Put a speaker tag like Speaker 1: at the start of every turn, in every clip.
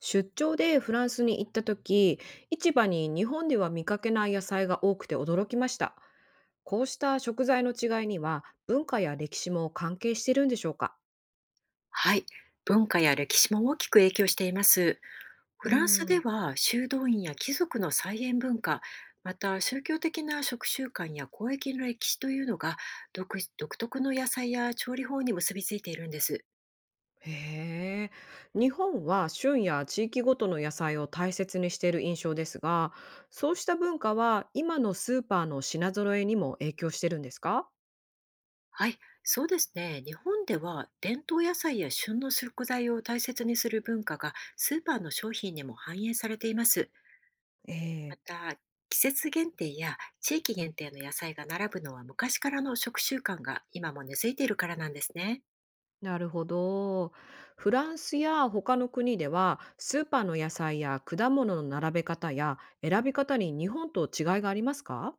Speaker 1: 出張でフランスに行った時、市場に日本では見かけない野菜が多くて驚きました。こうした食材の違いには文化や歴史も関係してるんでしょうか？
Speaker 2: はい、文化や歴史も大きく影響しています。
Speaker 1: う
Speaker 2: フランスで
Speaker 1: ん、
Speaker 2: は修道院や貴族の菜園文化、また宗教的な食習慣や交易の歴史というのが独特の野菜や調理法に結びついているんです。
Speaker 1: へえ。日本は旬や地域ごとの野菜を大切にしている印象ですが、そうした文化は今のスーパーの品揃えにも影響してるんですか？
Speaker 2: はい、そうですね。日本では伝統野菜や旬の食材を大切にする文化がスーパーの商品にも反映されています。
Speaker 1: え
Speaker 2: ま
Speaker 1: え。
Speaker 2: た、季節限定や地域限定の野菜が並ぶのは昔からの食習慣が今も根付いているからなんですね。
Speaker 1: なるほど。フランスや他の国では、スーパーの野菜や果物の並べ方や選び方に日本と違いがありますか？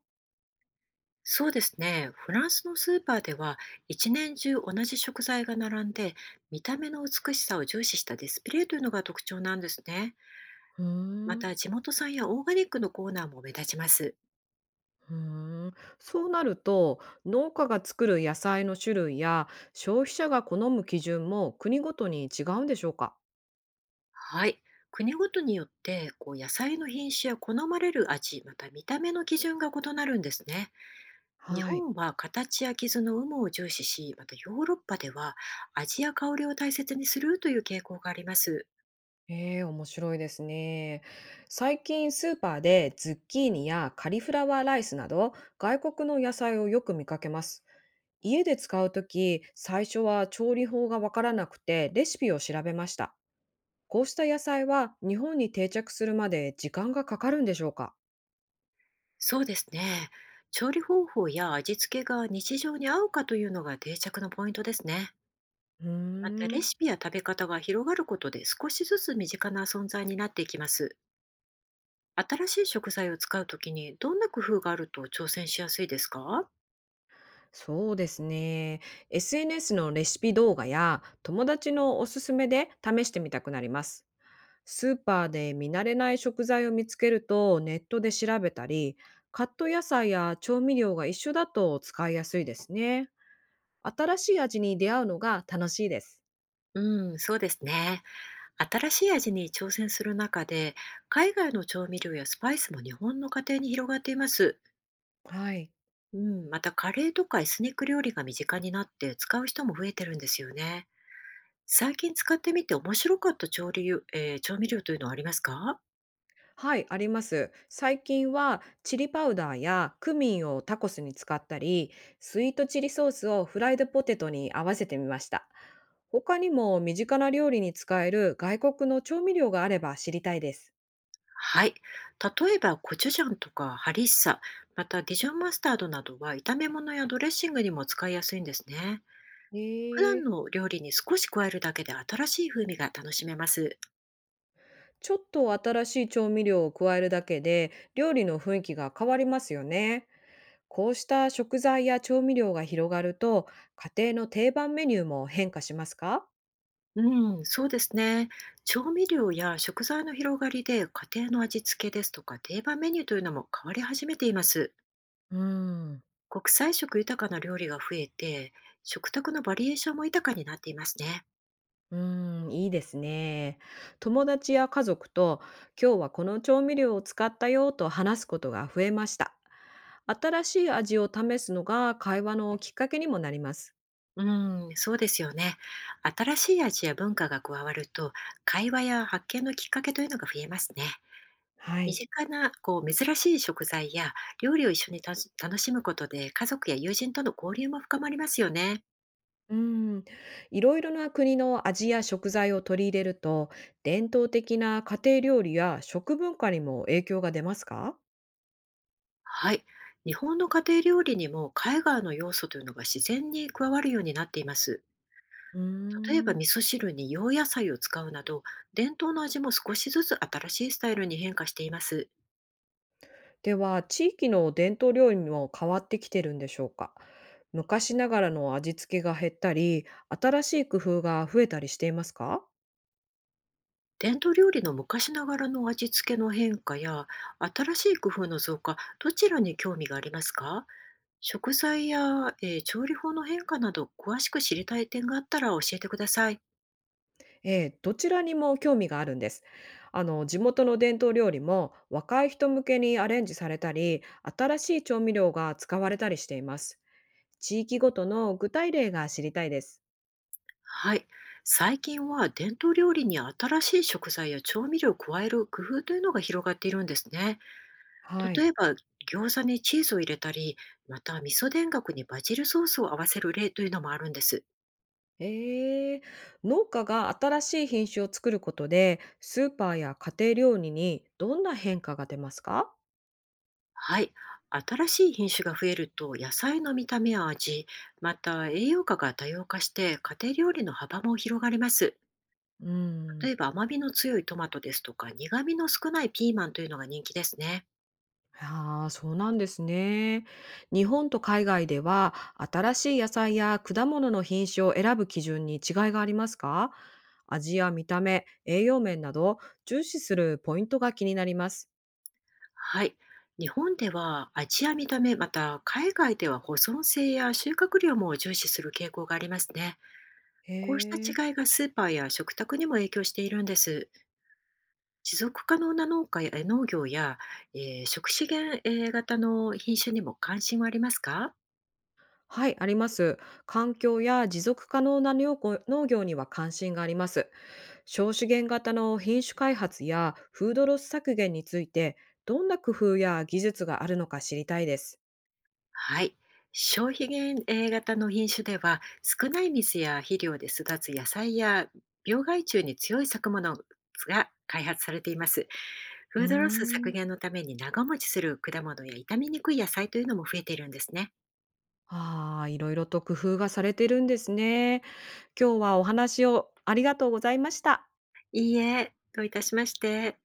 Speaker 2: そうですね。フランスのスーパーでは一年中同じ食材が並んで、見た目の美しさを重視したディスプレイというのが特徴なんですね。
Speaker 1: うー
Speaker 2: ま
Speaker 1: ん。
Speaker 2: た、地元産やオーガニックのコーナーも目立ちます。
Speaker 1: うーん、そうなると、農家が作る野菜の種類や消費者が好む基準も国ごとに違うんでしょうか？
Speaker 2: はい。国ごとによって、こう野菜の品種や好まれる味、また見た目の基準が異なるんですね。日
Speaker 1: はい。
Speaker 2: 本は形や傷の有無を重視し、またヨーロッパでは味や香りを大切にするという傾向があります。
Speaker 1: ええ、面白いですね。最近スーパーでズッキーニやカリフラワーライスなど外国の野菜をよく見かけます。家で使うとき、最初は調理法がわからなくてレシピを調べました。こうした野菜は日本に定着するまで時間がかかるんでしょうか？
Speaker 2: そうですね。調理方法や味付けが日常に合うかというのが定着のポイントですね。
Speaker 1: うー
Speaker 2: また、レ
Speaker 1: ん、
Speaker 2: シピや食べ方が広がることで少しずつ身近な存在になっていきます。新しい食材を使うときに、どんな工夫があると挑戦しやすいですか？
Speaker 1: そうですね。SNS のレシピ動画や友達のおすすめで試してみたくなります。スーパーで見慣れない食材を見つけるとネットで調べたり、カット野菜や調味料が一緒だと使いやすいですね。新しい味に出会うのが楽しいです。
Speaker 2: うん、そうですね。新しい味に挑戦する中で、海外の調味料やスパイスも日本の家庭に広がっています。
Speaker 1: はい。
Speaker 2: うん、またカレーとかエスニック料理が身近になって、使う人も増えてるんですよね。最近使ってみて面白かった調理、調味料というのはありますか？
Speaker 1: はい、あります。最近はチリパウダーやクミンをタコスに使ったり、スイートチリソースをフライドポテトに合わせてみました。他にも身近な料理に使える外国の調味料があれば知りたいです。
Speaker 2: はい。例えば、コチュジャンとかハリッサ、またディジョンマスタードなどは、炒め物やドレッシングにも使いやすいんですね。
Speaker 1: へ
Speaker 2: 普段
Speaker 1: え。
Speaker 2: の料理に少し加えるだけで、新しい風味が楽しめます。
Speaker 1: ちょっと新しい調味料を加えるだけで料理の雰囲気が変わりますよね。こうした食材や調味料が広がると、家庭の定番メニューも変化しますか？
Speaker 2: うん、そうですね。調味料や食材の広がりで、家庭の味付けですとか定番メニューというのも変わり始めています。
Speaker 1: うーん。
Speaker 2: 国際色豊かな料理が増えて、食卓のバリエーションも豊かになっていますね。
Speaker 1: うーん、いいですね。友達や家族と、今日はこの調味料を使ったよと話すことが増えました。新しい味を試すのが会話のきっかけにもなります。
Speaker 2: うん、そうですよね。新しい味や文化が加わると、会話や発見のきっかけというのが増えますね。
Speaker 1: は
Speaker 2: 身
Speaker 1: い。
Speaker 2: 近な、こう珍しい食材や料理を一緒に楽しむことで、家族や友人との交流も深まりますよね。
Speaker 1: うん、いろいろな国の味や食材を取り入れると、伝統的な家庭料理や食文化にも影響が出ますか？
Speaker 2: はい。日本の家庭料理にも海外の要素というのが自然に加わるようになっています。
Speaker 1: うー
Speaker 2: 例えば、
Speaker 1: ん。
Speaker 2: 味噌汁に洋野菜を使うなど、伝統の味も少しずつ新しいスタイルに変化しています。
Speaker 1: では、地域の伝統料理も変わってきてるんでしょうか？昔ながらの味付けが減ったり、新しい工夫が増えたりしていますか？
Speaker 2: 伝統料理の昔ながらの味付けの変化や新しい工夫の増加、どちらに興味がありますか？食材や、調理法の変化など、詳しく知りたい点があったら教えてください。
Speaker 1: ええ、どちらにも興味があるんです。あの、地元の伝統料理も若い人向けにアレンジされたり、新しい調味料が使われたりしています。地域ごとの具体例が知りたいです。
Speaker 2: はい。最近は伝統料理に新しい食材や調味料を加える工夫というのが広がっているんですね。
Speaker 1: はい。
Speaker 2: 例えば、餃子にチーズを入れたり、また味噌田楽にバジルソースを合わせる例というのもあるんです。
Speaker 1: えー、農家が新しい品種を作ることでスーパーや家庭料理にどんな変化が出ますか？
Speaker 2: はい。新しい品種が増えると、野菜の見た目や味、また栄養価が多様化して、家庭料理の幅も広がります。
Speaker 1: う
Speaker 2: 例
Speaker 1: ん。
Speaker 2: えば、甘みの強いトマトですとか、苦みの少ないピーマンというのが人気ですね。
Speaker 1: ああ、そうなんですね。日本と海外では新しい野菜や果物の品種を選ぶ基準に違いがありますか？味や見た目、栄養面など重視するポイントが気になります。
Speaker 2: はい。日本では味や見た目、また海外では保存性や収穫量も重視する傾向がありますね。
Speaker 1: へ
Speaker 2: こうし
Speaker 1: え。
Speaker 2: た違いがスーパーや食卓にも影響しているんです。持続可能な農家や農業や、食資源型の品種にも関心はありますか？
Speaker 1: はい、あります。環境や持続可能な農業には関心があります。少資源型の品種開発やフードロス削減について、どんな工夫や技術があるのか知りたいです。
Speaker 2: はい。消費源 A 型の品種では、少ない水や肥料で育つ野菜や、病害虫に強い作物が開発されています。
Speaker 1: う
Speaker 2: フードロス
Speaker 1: ー
Speaker 2: 削
Speaker 1: ん、
Speaker 2: 減のために、長持ちする果物や傷みにくい野菜というのも増えているんですね。
Speaker 1: ああ、いろいろと工夫がされてるんですね。今日はお話をありがとうございました。
Speaker 2: いいえ、どういたしまして。